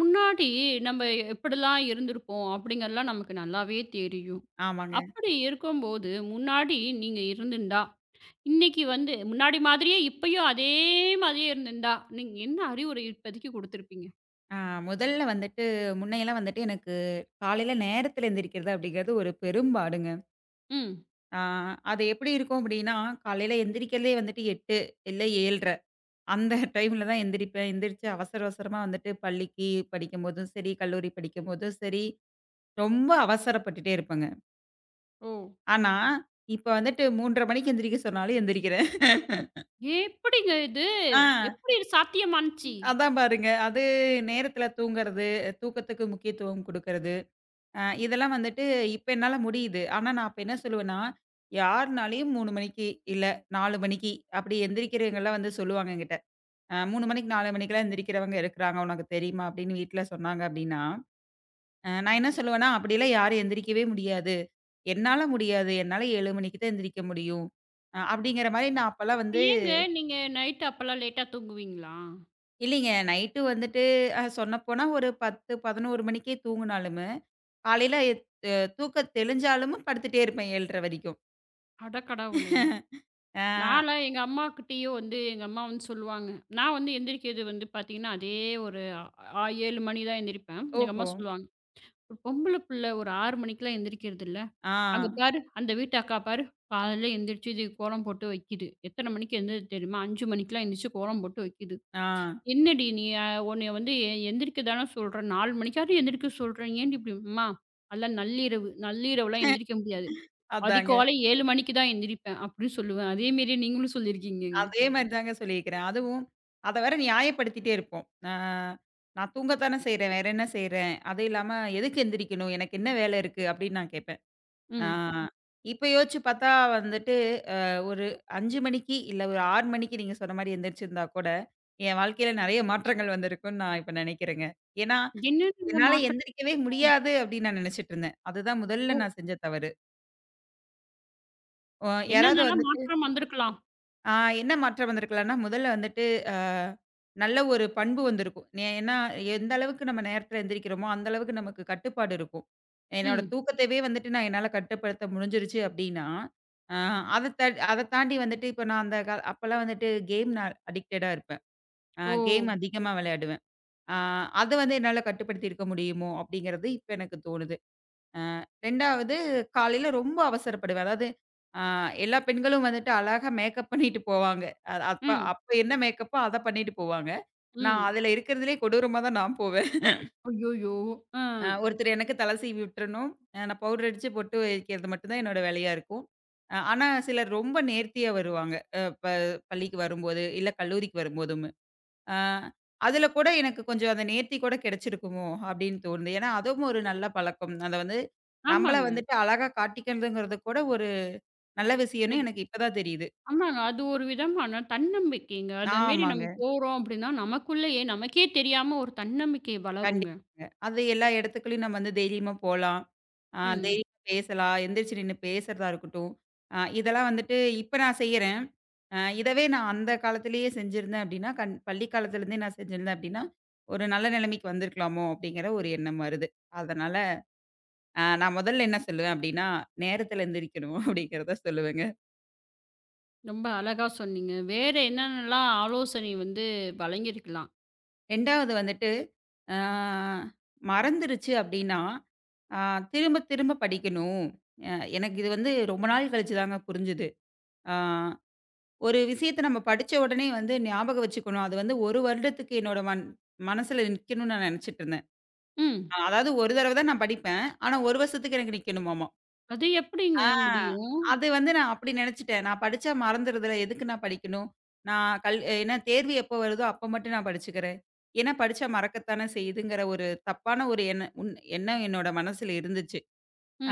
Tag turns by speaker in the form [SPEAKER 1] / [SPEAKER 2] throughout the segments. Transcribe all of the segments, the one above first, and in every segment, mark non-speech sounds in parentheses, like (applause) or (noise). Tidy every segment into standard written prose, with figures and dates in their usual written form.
[SPEAKER 1] முன்னாடி நம்ம எப்படிலாம் இருந்திருப்போம் அப்படிங்கிறதுலாம் நமக்கு நல்லாவே தெரியும்.
[SPEAKER 2] ஆமாங்க.
[SPEAKER 1] அப்படி இருக்கும்போது, முன்னாடி நீங்க இருந்திருந்தா, இன்னைக்கு வந்து முன்னாடி மாதிரியே இப்பயும் அதே மாதிரியே இருந்திருந்தா, நீங்க என்ன அறிவுரை இப்போதைக்கு குடுத்துருப்பீங்க?
[SPEAKER 2] ஆ முதல்ல வந்துட்டு முன்னையெல்லாம் வந்துட்டு எனக்கு காலையில நேரத்தில எந்திரிக்கிறது அப்படிங்கிறது ஒரு பெரும்பாடுங்க.
[SPEAKER 1] ம்.
[SPEAKER 2] ஆ அது எப்படி இருக்கும் அப்படின்னா, காலையில எந்திரிக்கிறதே வந்துட்டு 8 இல்ல 7:30 அந்த டைம்ல தான் எந்திரிப்பேன். எந்திரிச்சு அவசர அவசரமா வந்துட்டு பள்ளிக்கு படிக்கும்போதும் சரி, கல்லூரி படிக்கும்போதும் சரி, ரொம்ப அவசரப்பட்டுட்டே இருப்பேங்க.
[SPEAKER 1] ஓ!
[SPEAKER 2] ஆனா, இப்ப வந்துட்டு 3:30 மணிக்கு எந்திரிக்க சொன்னாலும் எந்திரிக்கிறேன்.
[SPEAKER 1] எப்படிங்க இது?
[SPEAKER 2] ஆ
[SPEAKER 1] எப்படி இது சாத்தியமானுச்சு?
[SPEAKER 2] அதான் பாருங்க. அது நேரத்தில தூங்குறது, தூக்கத்துக்கு முக்கியத்துவம் குடுக்கறது. இதெல்லாம் வந்துட்டு இப்ப என்னால முடியுது. ஆனா, நான் அப்ப என்ன சொல்லுவேன்னா, யார்னாலயும் 3 மணிக்கு, இல்ல 4 மணிக்கு அப்படி எந்திரிக்கிறவங்கலாம் வந்து சொல்லுவாங்க என்கிட்ட. 3 மணிக்கு 4 மணிக்கெல்லாம் எந்திரிக்கிறவங்க இருக்கிறாங்க, உனக்கு தெரியுமா? அப்படின்னு வீட்ல சொன்னாங்க அப்படின்னா, நான் என்ன சொல்லுவேன்னா, அப்படிலாம் யாரும் எந்திரிக்கவே முடியாது. என்னால முடியாது. என்னால 7 மணிக்கு தான் எந்திரிக்க முடியும். அப்படிங்கிற மாரி நான் அப்பலாம் வந்து
[SPEAKER 1] ஏங்க நீங்க நைட் அப்பலாம் லேட்டா தூங்குவீங்களா?
[SPEAKER 2] இல்லைங்க நைட்டு வந்துட்டு சொன்னப்போனா ஒரு 10, 11 மணிக்கே தூங்குனாலுமே, காலையில தூக்கம் தெளிஞ்சாலும் படுத்துட்டே இருப்பேன் 7:30 வரைக்கும்.
[SPEAKER 1] அட கடவுளே!
[SPEAKER 2] ஆ.
[SPEAKER 1] நான்லாம் எங்க அம்மாகிட்டேயே வந்து எங்க அம்மா வந்து சொல்லுவாங்க. நான் வந்து எந்திரிக்கிறது வந்து பார்த்தீங்கன்னா, அதே ஒரு ஆ 7 மணி தான் எந்திரிப்பேன். எங்க
[SPEAKER 2] ஓஹோ!
[SPEAKER 1] அம்மா சொல்லுவாங்க, "ஒரு பொம்பள புள்ள ஒரு 6 மணிக்கெல்லாம் எந்திரிக்கிறதில்ல.
[SPEAKER 2] ஆ,
[SPEAKER 1] அங்க பாரு, அந்த வீட்டு அக்கா பாரு, காலையில எந்திரிச்சு இது கோலம் போட்டு வைக்கிது. எத்தன மணிக்கு எந்திரிது தெரியுமா? 5 மணிக்கெல்லாம் எந்திரிச்சு கோலம் போட்டு வைக்கிது.
[SPEAKER 2] ஆ.
[SPEAKER 1] என்னடி நீ உன்னைய வந்து எந்திரிக்க தானே சொல்றேன். 4 மணிக்காவது எந்திரிக்க சொல்றேன். ஏன்டி இப்படி?" "அம்மா, அதெல்லாம் நள்ளிரவு. நள்ளிரவுலாம் எந்திரிக்க முடியாது.
[SPEAKER 2] அதாங்க.
[SPEAKER 1] அதிகாலை 7 மணிக்கு தான் எந்திரிப்பேன்." அப்படின்னு சொல்லுவேன். அதே மாரியே நீங்களும் சொல்லியிருக்கீங்கங்க.
[SPEAKER 2] அதே மாரி தாங்க சொல்லியிருக்கிறேன். அதுவும் அத வேற நியாயப்படுத்திட்டே இருப்போம். நான் தூங்கத்தானே செய்றேன். வேற என்ன செய்றேன்? அது இல்லாம எதுக்கு எந்திரிக்கணும்? எனக்கு என்ன வேலை இருக்கு? அப்படின்னு நான் கேட்பேன். ஆ
[SPEAKER 1] ம்.
[SPEAKER 2] இப்ப யோசிச்சு பார்த்தா வந்துட்டு, அ ஒரு 5 மணிக்கு இல்ல ஒரு 6 மணிக்கு நீங்க சொன்ன மாரி எந்திரிச்சிருந்தா கூட, என் வாழ்க்கையில நெறைய மாற்றங்கள் வந்திருக்கும்ன்னு நான் இப்ப நெனைக்கிறேங்க. ஏன்னா,
[SPEAKER 1] என்னென்னங்க
[SPEAKER 2] என்னால
[SPEAKER 1] மாற்றம்?
[SPEAKER 2] எந்திரிக்கவே முடியாது அப்படின்னு நான் நெனைச்சிட்டு இருந்தேன். அதுதான்
[SPEAKER 1] ஓ!
[SPEAKER 2] முதல்ல நான் செஞ்ச தவறு. அ யாராவது
[SPEAKER 1] என்னென்னலாம்
[SPEAKER 2] வந்து
[SPEAKER 1] மாற்றம் வந்திருக்கலாம்?
[SPEAKER 2] ஆ என்ன மாற்றம் வந்திருக்கலாம்னா, முதல்ல வந்துட்டு அ நல்ல ஒரு பண்பு வந்திருக்கும். ஏன்னா, எந்த அளவுக்கு நம்ம நேரத்தில எந்திரிக்கிறோமோ, அந்த அளவுக்கு நமக்கு கட்டுப்பாடு இருக்கும். என்னோட
[SPEAKER 1] ம்.
[SPEAKER 2] தூக்கத்தவே வந்துட்டு நான் என்னால கட்டுப்படுத்த முடிஞ்சிருச்சு அப்டின்னா, அ அத த அத தாண்டி வந்துட்டு இப்ப நான் அந்த அப்பலாம் வந்துட்டு கேம் நான் அடிக்டடா இருப்பேன்.
[SPEAKER 1] ஓ!
[SPEAKER 2] கேம் அதிகமா விளையாடுவேன். அ அத வந்து என்னால கட்டுப்படுத்தியிருக்க முடியுமோ? அப்டிங்கிறது இப்ப எனக்கு தோணுது. அ 2வது காலையில ரொம்ப அவசரப்படுவேன். அதாவது அ எல்லா பெண்களும் வந்துட்டு அழகா மேக்கப் பண்ணிட்டு போவாங்க. அ அப்ப
[SPEAKER 1] ம்,
[SPEAKER 2] அப்ப என்ன மேக்கப்போ அத பண்ணிட்டு போவாங்க. நான்
[SPEAKER 1] ம்.
[SPEAKER 2] அதுல இருக்கிறதுலயே கொடூரமா தான் நான் போவேன்.
[SPEAKER 1] ஐய்யய்யோ! அ.
[SPEAKER 2] ஒருத்தர் எனக்கு தல சீவி விட்டுறணும். நான் பவுடர் அடிச்சு பொட்டு வைக்கிறது மட்டும் தான் என்னோட வேலையா இருக்கும். ஆனா சிலர் ரொம்ப நேர்த்தியா வருவாங்க. அ ப பள்ளிக்கு வரும்போது, இல்ல கல்லூரிக்கு வரும்போதும். ஆ அதில கூட எனக்கு கொஞ்சம் அத நேர்த்தி கூட கிடைச்சிருக்குமோ! அப்படின்னு தோணுது. ஏன்னா, அதுவும் ஒரு நல்ல பழக்கம். அத வந்து நம்மள
[SPEAKER 1] ஆமாங்க.
[SPEAKER 2] வந்துட்டு அழகா காட்டிக்கிறதுங்கிறது கூட ஒரு நல்ல விஷயம்ன்னு
[SPEAKER 1] அது
[SPEAKER 2] எனக்கு இப்ப தான் தெரியுது.
[SPEAKER 1] ஆமாங்க. அது ஒரு விதமான தன்னம்பிக்கைங்க. அதமேரி
[SPEAKER 2] ஆமாங்க.
[SPEAKER 1] நம்ம போறோம் அப்டின்னா, நமக்குள்ளயே நமக்கே தெரியாம ஒரு தன்னம்பிக்கை வளருங்க.
[SPEAKER 2] கண்டிப்பாங்க. அது எல்லா இடத்துக்குலயும் நம்ம வந்து தைரியமா போலாம்.
[SPEAKER 1] ம்.
[SPEAKER 2] தைரியமா பேசலாம். எந்திரிச்சு நின்னு பேசுறதா இருக்கட்டும். இதெல்லாம் வந்துட்டு இப்ப நான் செய்யறேன். இதவே நான் அந்த காலத்திலேயே செஞ்சிருந்தேன் அப்படின்னா, பள்ளி காலத்திலேருந்தே நான் செஞ்சிருந்தேன் அப்படின்னா, ஒரு நல்ல நிலைமைக்கு வந்திருக்கலாமோ! அப்படிங்கிற ஒரு எண்ணம் வருது. அதனால நான் முதல்ல என்ன சொல்லுவேன் அப்டின்னா, நேரத்துல எந்திரிக்கணும் (laughs) அப்டிங்கிறத சொல்லுவேங்க.
[SPEAKER 1] ரொம்ப அழகா சொன்னீங்க. வேற என்னென்னலாம் ஆலோசனை வந்து வழங்கியிருக்கலாம்?
[SPEAKER 2] 2வது வந்துட்டு, ஆ மறந்துருச்சு அப்டின்னா, ஆ திரும்ப திரும்ப படிக்கணும். அ எனக்கு இது வந்து ரொம்ப நாள் கழிச்சு தாங்க புரிஞ்சுது. ஆ ஒரு விஷயத்த நம்ம படிச்ச உடனே வந்து ஞாபகம் வச்சுக்கணும். அது வந்து 1 வருடத்துக்கு என்னோட மனசுல நிக்கணும்னு நான் நெனச்சுட்டு இருந்தேன்.
[SPEAKER 1] ம்.
[SPEAKER 2] ஆ, அதாவது ஒரு தடவ தான் நான் படிப்பேன். ஆனா 1 வருஷத்துக்கு எனக்கு நிக்கணுமாமா.
[SPEAKER 1] அது எப்படிங்க
[SPEAKER 2] ஆ.
[SPEAKER 1] முடியும்?
[SPEAKER 2] அது வந்து நான் அப்படி நெனச்சுட்டேன். நான் படிச்சா மறந்துருதுல, எதுக்கு நான் படிக்கணும்? நான் கல் ஏன்னா தேர்வு எப்போ வருதோ அப்ப மட்டும் நான் படிச்சுக்கிறேன். ஏன்னா படிச்சா மறக்கத்தானே செய்யுதுங்கிற ஒரு தப்பான ஒரு எண்ணம் எண்ணம் என்னோட மனசுல இருந்துச்சு.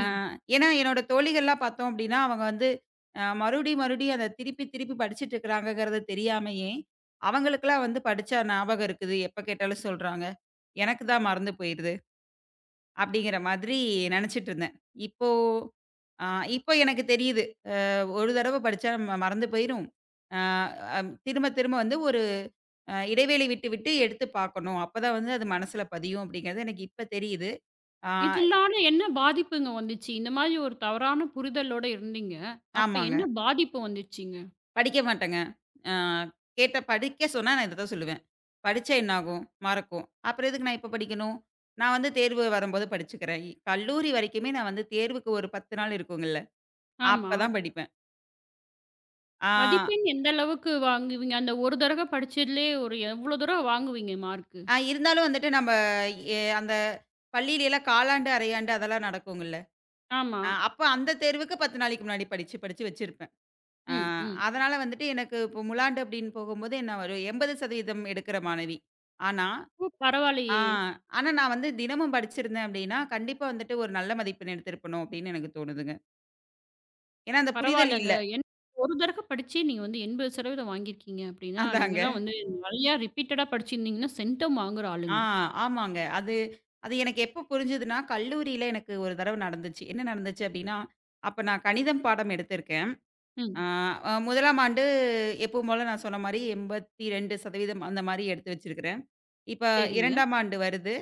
[SPEAKER 2] ஆ ஏன்னா என்னோட தோழிகள்லாம் பார்த்தோம் அப்படின்னா, அவங்க வந்து மறுபடியும் மறுபடியும் அத திருப்பி திருப்பி படிச்சுட்டு இருக்கிறாங்கங்கிறது தெரியாமயே, அவங்களுக்கெல்லாம் வந்து படிச்சா ஞாபகம் இருக்குது. எப்ப கேட்டாலும் சொல்றாங்க. எனக்கு தான் மறந்து போயிருது. அப்படிங்கிற மாதிரி நெனச்சுட்டு இருந்தேன். இப்போ அ இப்போ எனக்கு தெரியுது. ஒரு தடவ படிச்சா நம்ம மறந்து போயிரும். ஆ அம் திரும்ப திரும்ப வந்து ஒரு இடைவேளை விட்டு விட்டு எடுத்து பார்க்கணும். அப்பதான் வந்து அது மனசுல பதியும் அப்படிங்கிறது எனக்கு இப்ப தெரியுது. ஆ
[SPEAKER 1] இதனால என்ன பாதிப்புங்க வந்துச்சு? இந்த மாரி ஒரு தவறான புரிதலோட இருந்தீங்க. அப்ப
[SPEAKER 2] ஆமாங்க.
[SPEAKER 1] என்ன பாதிப்பு வந்துச்சுங்க?
[SPEAKER 2] படிக்க மாட்டேங்க. ஆ கேட்ட படிக்க சொன்னா நான் இத தான் சொல்லுவேன். படிச்சா என்னாகும்? மறக்கும். அப்புறம் எதுக்கு நான் இப்ப படிக்கணும்? நான் வந்து தேர்வு வரும்போது படிச்சுக்கிறேன். இ- கல்லூரி வரைக்குமே நான் வந்து தேர்வுக்கு ஒரு 10 நாள் இருக்குங்கல்ல,
[SPEAKER 1] ஆமா.
[SPEAKER 2] அப்பதான் படிப்பேன். ஆ
[SPEAKER 1] மதிப்பெண் எந்த அளவுக்கு வாங்குவீங்க? அந்த ஒரு தடவ படிச்சதுலயே ஒரு எவ்ளோ தூரம் வாங்குவீங்க மார்க்கு?
[SPEAKER 2] ஆ இருந்தாலும் வந்துட்டு நம்ம அந்த பள்ளியிலலாம் காலாண்டு, அரையாண்டு அதெல்லாம் நடக்குங்கல்ல.
[SPEAKER 1] ஆமா.
[SPEAKER 2] அப்ப அந்த தேர்வுக்கு 10 நாளைக்கு முன்னாடி படிச்சு, படிச்சு வச்சிருப்பேன். அ
[SPEAKER 1] ம், ம்.
[SPEAKER 2] அதனால வந்துட்டு எனக்கு இப்போ முலாண்டு அப்படின்னு போகும்போது என்ன ஒரு 80% எடுக்கிற மாணவி. ஆனா
[SPEAKER 1] ஓ!
[SPEAKER 2] ஆ
[SPEAKER 1] பரவாயில்லயே!
[SPEAKER 2] ஆனா நான் வந்து தினமும் படிச்சிருந்தேன் அப்படின்னா, கண்டிப்பா வந்துட்டு ஒரு நல்ல மதிப்பெண் எடுத்திருப்பணும் அப்படின்னு எனக்கு தோணுதுங்க. ஏன்னா அந்த புரிதல் இல்ல.
[SPEAKER 1] பரவாயில்லங்க. ஏன்னா ஒரு தடவ படிச்சே நீங்க வந்து 80% வாங்கியிருக்கீங்க அப்படின்னா,
[SPEAKER 2] அதாங்க.
[SPEAKER 1] நீங்கலாம் வந்து நெறையா ரிப்பீட்டடா படிச்சிருந்தீங்கன்னா, சென்டம் வாங்குற
[SPEAKER 2] ஆ
[SPEAKER 1] ஆளுங்க.
[SPEAKER 2] ஆமாங்க. அது அது எனக்கு எப்போ புரிஞ்சதுன்னா, கல்லூரியில எனக்கு ஒரு தடவ நடந்துச்சு. என்ன நடந்துச்சு அப்படின்னா, அப்ப நான் கணிதம் பாடம் எடுத்திருக்கேன். ஆ,
[SPEAKER 1] ம்.
[SPEAKER 2] முதலாம் ஆண்டு எப்பவும் போல நான் சொன்ன மாரி 82% அந்த மாரி எடுத்து வச்சிருக்கிறேன். இப்ப
[SPEAKER 1] சரிங்க.
[SPEAKER 2] 2ஆம் ஆண்டு வருது.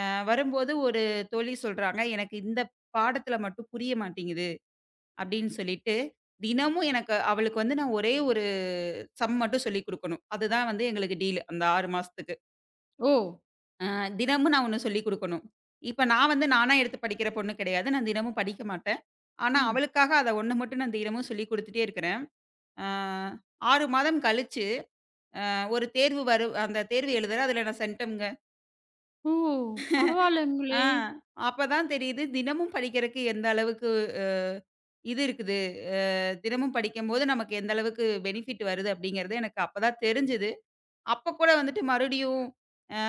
[SPEAKER 2] அ வரும்போது ஒரு தோழி சொல்றாங்க, "எனக்கு இந்த பாடத்துல மட்டும் புரிய மாட்டேங்குது" அப்படின்னு சொல்லிட்டு, தினமும் எனக்கு அவளுக்கு வந்து நான் ஒரே ஒரு சம் மட்டும் சொல்லிக் குடுக்கணும். அதுதான் வந்து எங்களுக்கு டீல் அந்த 6 மாசத்துக்கு.
[SPEAKER 1] ஓ!
[SPEAKER 2] தினமும் நான் ஒண்ணு சொல்லிக் குடுக்கணும். இப்ப நான் வந்து நானா எடுத்து படிக்கிற பொண்ணு கிடையாது. நான் தினமும் படிக்க மாட்டேன். ஆனா,
[SPEAKER 1] ம்.
[SPEAKER 2] அவளுக்காக அத ஒண்ணு மட்டும் நான் தினமும் சொல்லிக் குடுத்துட்டே இருக்கிறேன். ஆ 6 மாதம் கழிச்சு ஒரு தேர்வு வரும். அந்த தேர்வு எழுதுறேன். அதுல நான் சென்டம்ங்க.
[SPEAKER 1] ஓ!
[SPEAKER 2] ஆ
[SPEAKER 1] பரவாயில்லங்களே!
[SPEAKER 2] அப்பதான் தெரியுது, தினமும் படிக்கிறக்கு எந்த அளவுக்கு அ இது இருக்குது. அ தினமும் படிக்கும்போது நமக்கு எந்த அளவுக்கு பெனிஃபிட் வருது அப்படிங்கிறது எனக்கு அப்பதான் தெரிஞ்சது. அப்ப கூட வந்துட்டு மறுபடியும்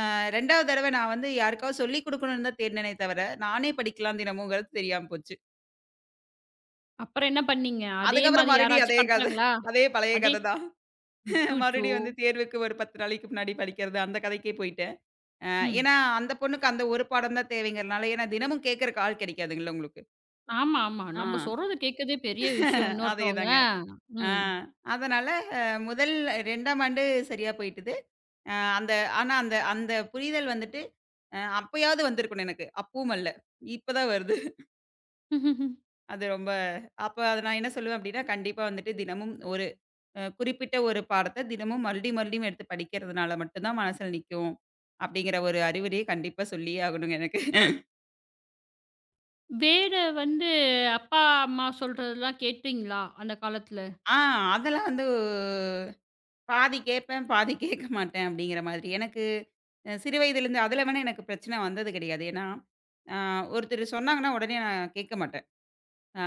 [SPEAKER 2] 2வது தடவ நான் வந்து யாருக்காவது சொல்லிக் குடுக்கணும்னு தான் தேடுனேனே தவிர, நானே படிக்கலாம் தினமும்ங்கிறது தெரியாம போச்சு.
[SPEAKER 1] அப்புறம் என்ன பண்ணீங்க? அதே
[SPEAKER 2] அதுக்கப்புறம்
[SPEAKER 1] மாதிரி
[SPEAKER 2] மறுபடியும்
[SPEAKER 1] யாராச்சும்
[SPEAKER 2] அதே கதை.
[SPEAKER 1] கெடச்சாங்களா?
[SPEAKER 2] அதே பழைய
[SPEAKER 1] அதே
[SPEAKER 2] கதை தான்.
[SPEAKER 1] அச்சச்சோ!
[SPEAKER 2] மறுபடியும் வந்து தேர்வுக்கு ஒரு 10 நாளைக்கு முன்னாடி படிக்கிறது, அந்த கதைக்கே போயிட்டேன். அ
[SPEAKER 1] ம்.
[SPEAKER 2] ஏன்னா, அந்த பொண்ணுக்கு அந்த ஒரு பாடம் தான் தேவைங்கிறனால, ஏன்னா தினமும் கேட்கறக்கு ஆள் கிடைக்காதுங்கள்ல உங்களுக்கு.
[SPEAKER 1] ஆமா, ஆமா.
[SPEAKER 2] ஆ.
[SPEAKER 1] நம்ம சொல்றத கேட்கதே பெரிய விஷயம் இன்னொருத்தவங்க.
[SPEAKER 2] அதேதாங்க. ஆ
[SPEAKER 1] ம்.
[SPEAKER 2] அதனால அ முதல் 2ஆம் ஆண்டு சரியா போயிட்டுது. அ அந்த ஆனா அந்த அந்த புரிதல் வந்துட்டு, அப்பயாவது வந்திருக்கணும் எனக்கு. அப்பவும் வல்ல. இப்ப தான் வருது.
[SPEAKER 1] (laughs) ம்ஹ்ஹ்ம்.
[SPEAKER 2] அது ரொம்ப அப்ப அத நான் என்ன சொல்லுவேன் அப்டின்னா, கண்டிப்பா வந்துட்டு தினமும் ஒரு குறிப்பிட்ட ஒரு பாடத்த தினமும் மறுபடியும் மறுபடியும் எடுத்து படிக்கிறதுனால மட்டும் தான் மனசுல நிக்கும். அப்டிங்கிற ஒரு அறிவுரைய கண்டிப்பா சொல்லியே ஆகணுங்க எனக்கு.
[SPEAKER 1] வேற வந்து அப்பா, அம்மா சொல்றதெல்லாம் கேட்டீங்களா? அந்த காலத்துல?
[SPEAKER 2] ஆ அதெல்லாம் வந்து பாதி கேட்பேன், பாதி கேட்க மாட்டேன் அப்படிங்கிற மாதிரி. எனக்கு சிறு வயதிலிருந்து அதில வேணா எனக்கு பிரச்சனை வந்தது கிடையாது. ஏன்னா, அ ஒருத்தர் சொன்னாங்கன்னா உடனே நான் கேட்க மாட்டேன். அ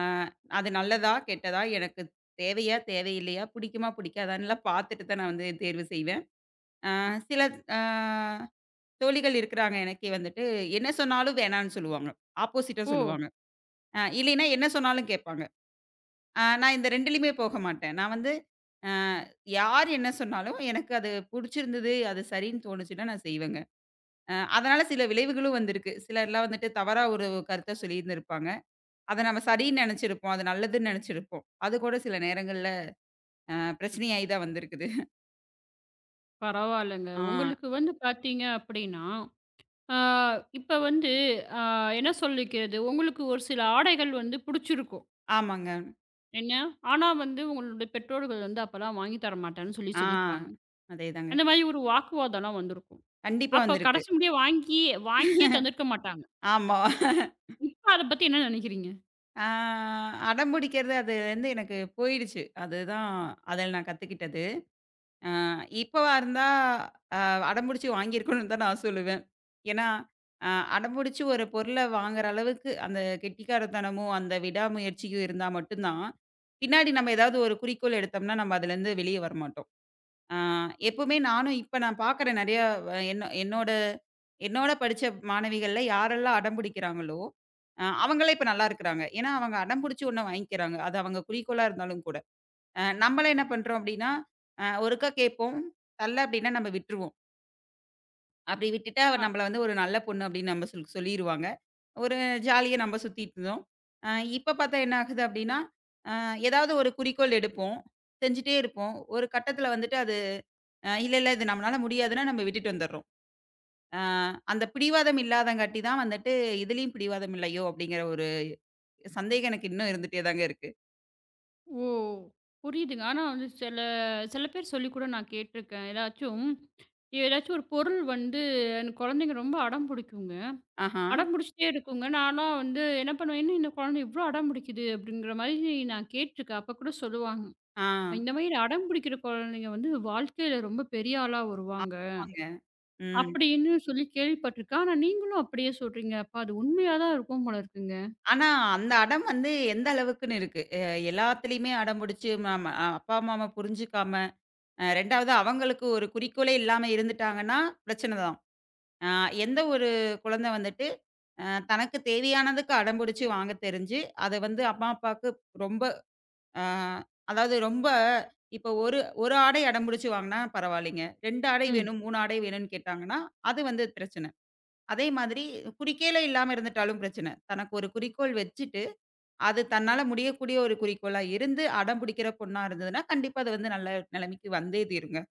[SPEAKER 2] அது நல்லதா? கெட்டதா? எனக்கு தேவையா? தேவையில்லையா? பிடிக்குமா? பிடிக்காதான்னுலாம் பார்த்துட்டு தான் நான் வந்து தேர்வு செய்வேன். அ சில அ தோழிகள் இருக்கிறாங்க எனக்கே வந்துட்டு, என்ன சொன்னாலும் வேணான்னு சொல்லுவாங்க. ஆப்போசிட்டா
[SPEAKER 1] ஓ!
[SPEAKER 2] சொல்லுவாங்க. இல்லைன்னா என்ன சொன்னாலும் கேட்பாங்க. நான் இந்த 2லயுமே போக மாட்டேன். நான் வந்து அ யார் என்ன சொன்னாலும் எனக்கு அது புடிச்சிருந்தது, அது சரின்னு தோணுச்சுன்னா நான் செய்வேங்க. அதனால சில விளைவுகளும் வந்திருக்கு. சிலர்லாம் வந்துட்டு தவறா ஒரு கருத்த சொல்லியிருந்திருப்பாங்க. அத நம்ம சரின்னு நெனைச்சிருப்போம். அது நல்லதுன்னு நெனைச்சிருப்போம். அது கூட சில நேரங்கள்ல அ பிரச்சனையாயி தான் வந்திருக்குது.
[SPEAKER 1] பரவால்லங்க.
[SPEAKER 2] ஆ
[SPEAKER 1] உங்களுக்கு வந்து பாத்தீங்க அப்படின்னா, ஆ இப்ப வந்து ஆ என்ன சொல்லிக்கிறது, உங்களுக்கு ஒரு சில ஆடைகள் வந்து புடிச்சிருக்கும்.
[SPEAKER 2] ஆமாங்க.
[SPEAKER 1] என்ன? ஆனா வந்து உங்களுடைய பெற்றோர்கள் வந்து அப்பலாம் வாங்கி தர மாட்டேன்னு சொல்லி
[SPEAKER 2] ஆ
[SPEAKER 1] சொல்லியிருப்பாங்க.
[SPEAKER 2] அதேதாங்க.
[SPEAKER 1] அந்த மாரி ஒரு வாக்குவாதம்லாம் வந்திருக்கும்.
[SPEAKER 2] கண்டிப்பா
[SPEAKER 1] அப்ப
[SPEAKER 2] வந்திருக்கு.
[SPEAKER 1] கடைசி முடிய வாங்கி வாங்கியே தந்திருக்க மாட்டாங்க.
[SPEAKER 2] ஆமா.
[SPEAKER 1] இப்ப அத பத்தி என்ன நெனைக்கிறீங்க?
[SPEAKER 2] ஆ அடம் பிடிக்கிறது அதுலேருந்து எனக்கு போயிடுச்சு. அதுதான் அதில நான் கத்துக்கிட்டது. ஆ இப்பவா இருந்தா அ அடம்பிடிச்சு வாங்கியிருக்கணும்னு தான் நான் சொல்லுவேன். ஏன்னா, அ அடம்பிடிச்சு ஒரு பொருள வாங்குற அளவுக்கு அந்த கெட்டிக்காரத்தனமும், அந்த விடாமுயற்சியும் இருந்தா மட்டும் தான், பின்னாடி நம்ம ஏதாவது ஒரு குறிக்கோள் எடுத்தோம்னா, நம்ம அதுலேருந்து வெளிய வரமாட்டோம். ஆ எப்பவுமே நானும் இப்ப நான் பார்க்குறேன் நெறையா அ என்ன என்னோட என்னோட படிச்ச மாணவிகள்ல யாரெல்லாம் அடம்பிடிக்கிறாங்களோ, அவங்களே இப்ப நல்லா இருக்கிறாங்க. ஏன்னா அவங்க அடம்பிடிச்சு ஒண்ண வாங்கிக்கிறாங்க. அது அவங்க குறிக்கோளா இருந்தாலும் கூட. நம்மலாம் என்ன பண்றோம் அப்டின்னா, ஒருக்கா கேட்போம். தரல அப்டின்னா நம்ம விட்டுருவோம். அப்டி விட்டுட்டா அவ நம்மள வந்து ஒரு நல்ல பொண்ணு அப்டின்னு நம்ம சொல்லிருவாங்க. ஒரு ஜாலியா நம்ம சுத்திட்டு இருந்தோம். அ இப்ப பார்த்தா என்ன ஆகுது அப்டின்னா, அ ஏதாவது ஒரு குறிக்கோள் எடுப்போம். செஞ்சுட்டே இருப்போம். ஒரு கட்டத்துல வந்துட்டு அது இல்ல இது நம்மளால முடியாதுன்னா நம்ம விட்டுட்டு வந்துர்றோம். அ அந்த பிடிவாதம் இல்லாதங்காட்டி தான் வந்துட்டு இதுலயும் பிடிவாதம் இல்லையோ! அப்டிங்கிற ஒரு சந்தேகம் எனக்கு இன்னும் இருந்துட்டே தாங்க இருக்கு.
[SPEAKER 1] ஓ! புரியுதுங்க. ஆனா வந்து சில சில பேர் சொல்லி கூட நான் கேட்டுருக்கேன். ஏதாச்சும் ஏதாச்சும் ஒரு பொருள் வந்து எனக்கு குழந்தைங்க ரொம்ப அடம் பிடிக்குங்க.
[SPEAKER 2] ஆஹா.
[SPEAKER 1] அடம் பிடிச்சிட்டே இருக்குங்க. நான்லாம் வந்து என்ன பண்ணுவேன், "என்ன இந்த குழந்தை இவ்ளோ அடம் பிடிக்குது?" அப்படிங்கிற மாதிரி நான் கேட்டுருக்கேன். அப்ப கூட சொல்லுவாங்க,
[SPEAKER 2] ஆ.
[SPEAKER 1] "இந்த மாதிரி அடம் பிடிக்கிற குழந்தைங்க வந்து வாழ்க்கையில ரொம்ப பெரிய ஆளா வருவாங்க."
[SPEAKER 2] ஆமாங்க. ம்.
[SPEAKER 1] அப்படின்னு சொல்லி கேள்விப்பட்டுருக்கேன். ஆனா நீங்களும் அப்படியே சொல்றீங்க. அப்ப அது உண்மையா தான் இருக்கும் போல இருக்குங்க.
[SPEAKER 2] ஆனா, அந்த அடம் வந்து எந்த அளவுக்குன்னு இருக்கு. எல்லாத்துலயுமே அடம் புடிச்சு நம்ம அப்பா, அம்மாவ புரிஞ்சுக்காம, 2வது அவங்களுக்கு ஒரு குறிக்கோளே இல்லாம இருந்துட்டாங்கன்னா, பிரச்சனை தான். அ எந்த ஒரு குழந்தை வந்துட்டு, அ தனக்கு தேவையானதுக்கு அடம் புடிச்சு வாங்க தெரிஞ்சு, அத வந்து அம்மா, அப்பாவுக்கு ரொம்ப அ அதாவது ரொம்ப இப்போ ஒரு ஒரு ஆடை அடம்பிடிச்சு வாங்குனா பரவாயில்லைங்க. 2 ஆடை
[SPEAKER 1] ம்.
[SPEAKER 2] வேணும், 3 ஆடை வேணும்னு கேட்டாங்கன்னா, அது வந்து பிரச்சனை. அதே மாதிரி குறிக்கோளே இல்லாம இருந்துட்டாலும் பிரச்சனை. தனக்கு ஒரு குறிக்கோள் வச்சுட்டு அது தன்னால முடியக்கூடிய ஒரு குறிக்கோளா இருந்து, அடம் பிடிக்கிற பொண்ணா இருந்ததுன்னா, கண்டிப்பா அது வந்து நல்ல நிலைமைக்கு வந்தே தீருங்க.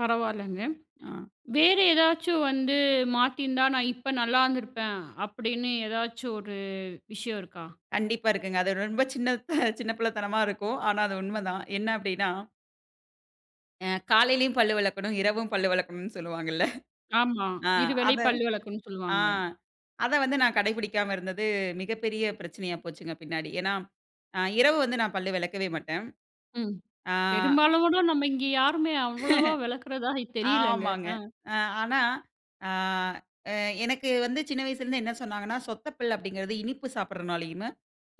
[SPEAKER 1] பரவால்லங்க.
[SPEAKER 2] ஆ.
[SPEAKER 1] வேற ஏதாச்சும் வந்து மாத்தியிருந்தா, நான் இப்ப நல்லா இருந்திருப்பேன் அப்படின்னு ஏதாச்சும் ஒரு விஷயம் இருக்கா?
[SPEAKER 2] கண்டிப்பா இருக்குங்க. அது ரொம்ப சின்ன சின்ன பிள்ளைத்தனமா இருக்கும். ஆனா அது உண்மதான். என்ன அப்படின்னா, காலையிலயும் பல்லு விளக்கணும், இரவும் பல்லு விளக்கணும்னு சொல்லுவாங்கல்ல.
[SPEAKER 1] ஆமா.
[SPEAKER 2] ஆ
[SPEAKER 1] இருவேளை
[SPEAKER 2] அத
[SPEAKER 1] பல் விளக்கணும்னு
[SPEAKER 2] ஆ
[SPEAKER 1] சொல்லுவாங்க.
[SPEAKER 2] அத வந்து நான் கடைபிடிக்காம இருந்தது மிகப்பெரிய பிரச்சனையா போச்சுங்க பின்னாடி. ஏன்னா, இரவு வந்து நான் பல்லு விளக்கவே மாட்டேன்.
[SPEAKER 1] ம்.
[SPEAKER 2] ஆ.
[SPEAKER 1] பெரும்பாலும் கூட நம்ம இங்க யாருமே அவ்வளவா விளக்குறதா தெரியலங்க.
[SPEAKER 2] ஆமாங்க.
[SPEAKER 1] ஆ.
[SPEAKER 2] அ ஆனா, அ அ எனக்கு வந்து சின்ன வயசுலேருந்து என்ன சொன்னாங்கன்னா, "சொத்தப்பல் அப்படிங்கிறது இனிப்பு சாப்பிடுறனாலயும்,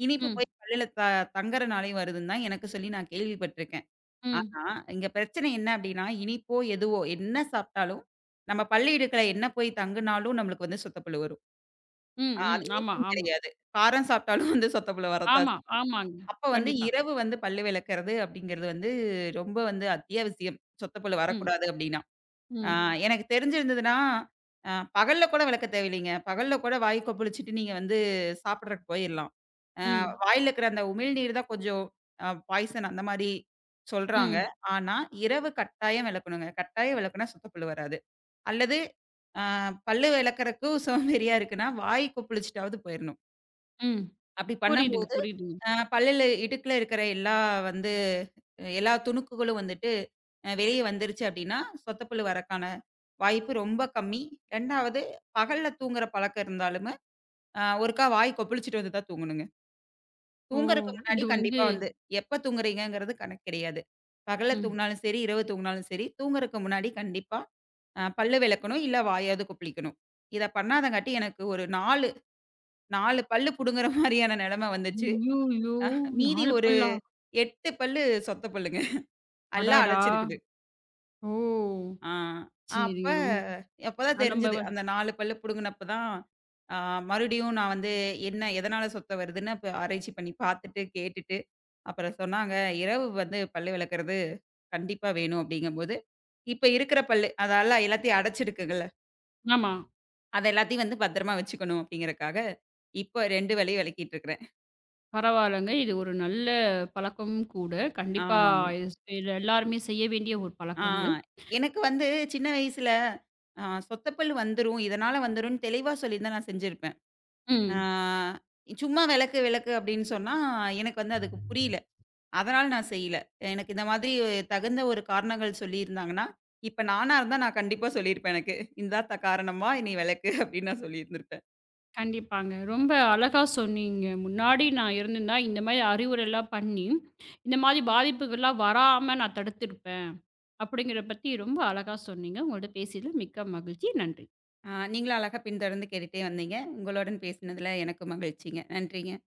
[SPEAKER 2] இனிப்பு
[SPEAKER 1] ம்.
[SPEAKER 2] போய் பல்லுல தங்கறனாலயும் வருதுன்னு தான் எனக்கு சொல்லி நான் கேள்விப்பட்டுருக்கேன்."
[SPEAKER 1] ம்.
[SPEAKER 2] ஆனா, இங்க பிரச்சனை என்ன அப்படின்னா, இனிப்போ, எதுவோ என்ன சாப்பிட்டாலும், நம்ம பல்லு இடுக்குல என்ன போய் தங்குனாலும் நம்மளுக்கு வந்து சொத்தப்பல் வரும்.
[SPEAKER 1] ம். ம்.
[SPEAKER 2] அது
[SPEAKER 1] ஆமா,
[SPEAKER 2] இனிப்புன்னு
[SPEAKER 1] ஆமா.
[SPEAKER 2] கிடையாது. காரம் சாப்பிட்டாலும் வந்து சொத்தப்பல் வரத்தான்
[SPEAKER 1] ஆமா,
[SPEAKER 2] செய்யும்.
[SPEAKER 1] ஆமாங்க.
[SPEAKER 2] அப்ப வந்து
[SPEAKER 1] கண்டிப்பா.
[SPEAKER 2] இரவு வந்து பல்லு விளக்குறது அப்படிங்கிறது வந்து ரொம்ப வந்து அத்தியாவசியம். சொத்தப்பல்
[SPEAKER 1] ம்.
[SPEAKER 2] வரக்கூடாது அப்படின்னா.
[SPEAKER 1] ம்.
[SPEAKER 2] ம். எனக்கு தெரிஞ்சிருந்ததுன்னா, அ பகல்ல கூட விளக்க தேவையில்லைங்க. பகல்ல கூட வாய் கொப்பளிச்சுட்டு நீங்க வந்து சாப்பிடுறக்கு போயிரலாம். அ
[SPEAKER 1] ம்.
[SPEAKER 2] வாயில இருக்கிற அந்த உமிழ்நீர் தான் கொஞ்சம் பாய்சன் அந்த மாரி சொல்றாங்க.
[SPEAKER 1] ம்.
[SPEAKER 2] ம். ஆனா, இரவு கட்டாயம் விளக்கணுங்க. கட்டாயம் விளக்குனா சுத்தப் புழு வராது. அல்லது அ பல்லு விளக்கறக்கும் சோம்பேறியா இருக்குன்னா, வாய் கொப்பளிச்சுட்டாவது போயிரணும்.
[SPEAKER 1] ம்.
[SPEAKER 2] அப்படி
[SPEAKER 1] புரியுதுங்க,
[SPEAKER 2] பண்ணும்போது
[SPEAKER 1] புரியுதுங்க.
[SPEAKER 2] பல்லுல, இடுக்குல இருக்கிற எல்லா வந்து எல்லா துணுக்குகளும் வந்துட்டு வெளிய வந்துருச்சு அப்படின்னா, சொத்தப்புழு வரக்கான வாய்ப்பு ரொம்ப கம்மி. 2வது பகல்ல தூங்குற பழக்கம் இருந்தாலுமே, ஒருக்கா வாய் கொப்பளிச்சுட்டு வந்து தான் தூங்கணுங்க.
[SPEAKER 1] ஓ!
[SPEAKER 2] தூங்குறதுக்கு முன்னாடி
[SPEAKER 1] இது வந்து
[SPEAKER 2] கண்டிப்பா வந்து எப்ப தூங்குறீங்கங்கிறது கணக்கு கிடையாது. பகல்ல
[SPEAKER 1] ம்.
[SPEAKER 2] தூங்குனாலும் சரி, இரவு தூங்குனாலும் சரி, தூங்குறதுக்கு முன்னாடி கண்டிப்பா பல்லு விளக்கணும், இல்ல வாயாவது கொப்பளிக்கணும். இத பண்ணாதங்காட்டி எனக்கு 4 பல்லு புடுங்குற (laughs) மாரியான நெலைமை வந்துச்சு.
[SPEAKER 1] ஐய்யய்யோ!
[SPEAKER 2] ஆஹ் மீதி
[SPEAKER 1] 4
[SPEAKER 2] ஒரு
[SPEAKER 1] பல்லா?
[SPEAKER 2] 8 பல்லு சொத்த பல்லுங்க. எல்லாம்
[SPEAKER 1] அடாடா!
[SPEAKER 2] அடைச்சிருக்கு.
[SPEAKER 1] ஓ!
[SPEAKER 2] ஆ. அப்ப
[SPEAKER 1] சரிங்க. ரொம்
[SPEAKER 2] அப்பதான்
[SPEAKER 1] நம்ம
[SPEAKER 2] தெரிஞ்சது.
[SPEAKER 1] வ
[SPEAKER 2] அந்த 4 பல்லு புடுங்குனப்ப தான், ஆ மறுபடியும் நான் வந்து என்ன எதனால சொத்த வருதுன்னு அப்ப ஆராய்ச்சி பண்ணி பார்த்துட்டு, கேட்டுட்டு, அப்புறம் சொன்னாங்க, "இரவு வந்து பல்லு விளக்குறது கண்டிப்பா வேணும்." அப்படிங்கும்போது, இப்ப இருக்கிற பல்லு, அதால எல்லாத்தையும் அடைச்சிருக்குங்கல்ல,
[SPEAKER 1] ஆமா.
[SPEAKER 2] அத எல்லாத்தையும் வந்து பத்திரமா வச்சுக்கணும் அப்படிங்கிறக்காக, இப்ப 2 பல்லையும் விளக்கிட்டு இருக்கிறேன்.
[SPEAKER 1] பரவாயில்லங்க. இது ஒரு நல்ல பழக்கமும் கூட. கண்டிப்பா
[SPEAKER 2] ஆமாங்க.
[SPEAKER 1] இது இது எல்லாருமே செய்ய வேண்டிய ஒரு
[SPEAKER 2] ஆ.
[SPEAKER 1] பழக்கங்கள்.
[SPEAKER 2] எனக்கு வந்து சின்ன வயசுல, சொத்த பல்லு வந்துரும், இதனால வந்துரும்ன்னு தெளிவா சொல்லியிருந்தா நான் செஞ்சிருப்பேன். ஆ,
[SPEAKER 1] ம்.
[SPEAKER 2] சும்மா விளக்கு, விளக்கு அப்படின்னு சொன்னா, எனக்கு வந்து அதுக்கு புரியல. அதனால நான் செய்யல. எனக்கு இந்த மாதிரி தகுந்த ஒரு காரணங்கள் சொல்லியிருந்தாங்கன்னா, இப்ப நானா இருந்தா நான் கண்டிப்பா சொல்லியிருப்பேன் எனக்கு. "இந்தாத்தா காரணமா நீ விளக்கு" அப்படின்னு நான் சொல்லியிருந்திருப்பேன்.
[SPEAKER 1] கண்டிப்பாங்க. ரொம்ப அழகா சொன்னீங்க. முன்னாடி நான் இருந்திருந்தா இந்த மாரி அறிவுரைலாம் பண்ணி, இந்த மாரி பாதிப்புகள்லாம் வராம நான் தடுத்திருப்பேன். அப்படிங்கிறத பத்தி ரொம்ப அழகா சொன்னீங்க. உங்கள்ட்ட பேசியதில மிக்க மகிழ்ச்சி. நன்றி.
[SPEAKER 2] ஆ, நீங்களும் அழகா பின்தொடர்ந்து கேட்டுட்டே வந்தீங்க. உங்களுடன் பேசினதுல எனக்கும் மகிழ்ச்சிங்க. நன்றிங்க.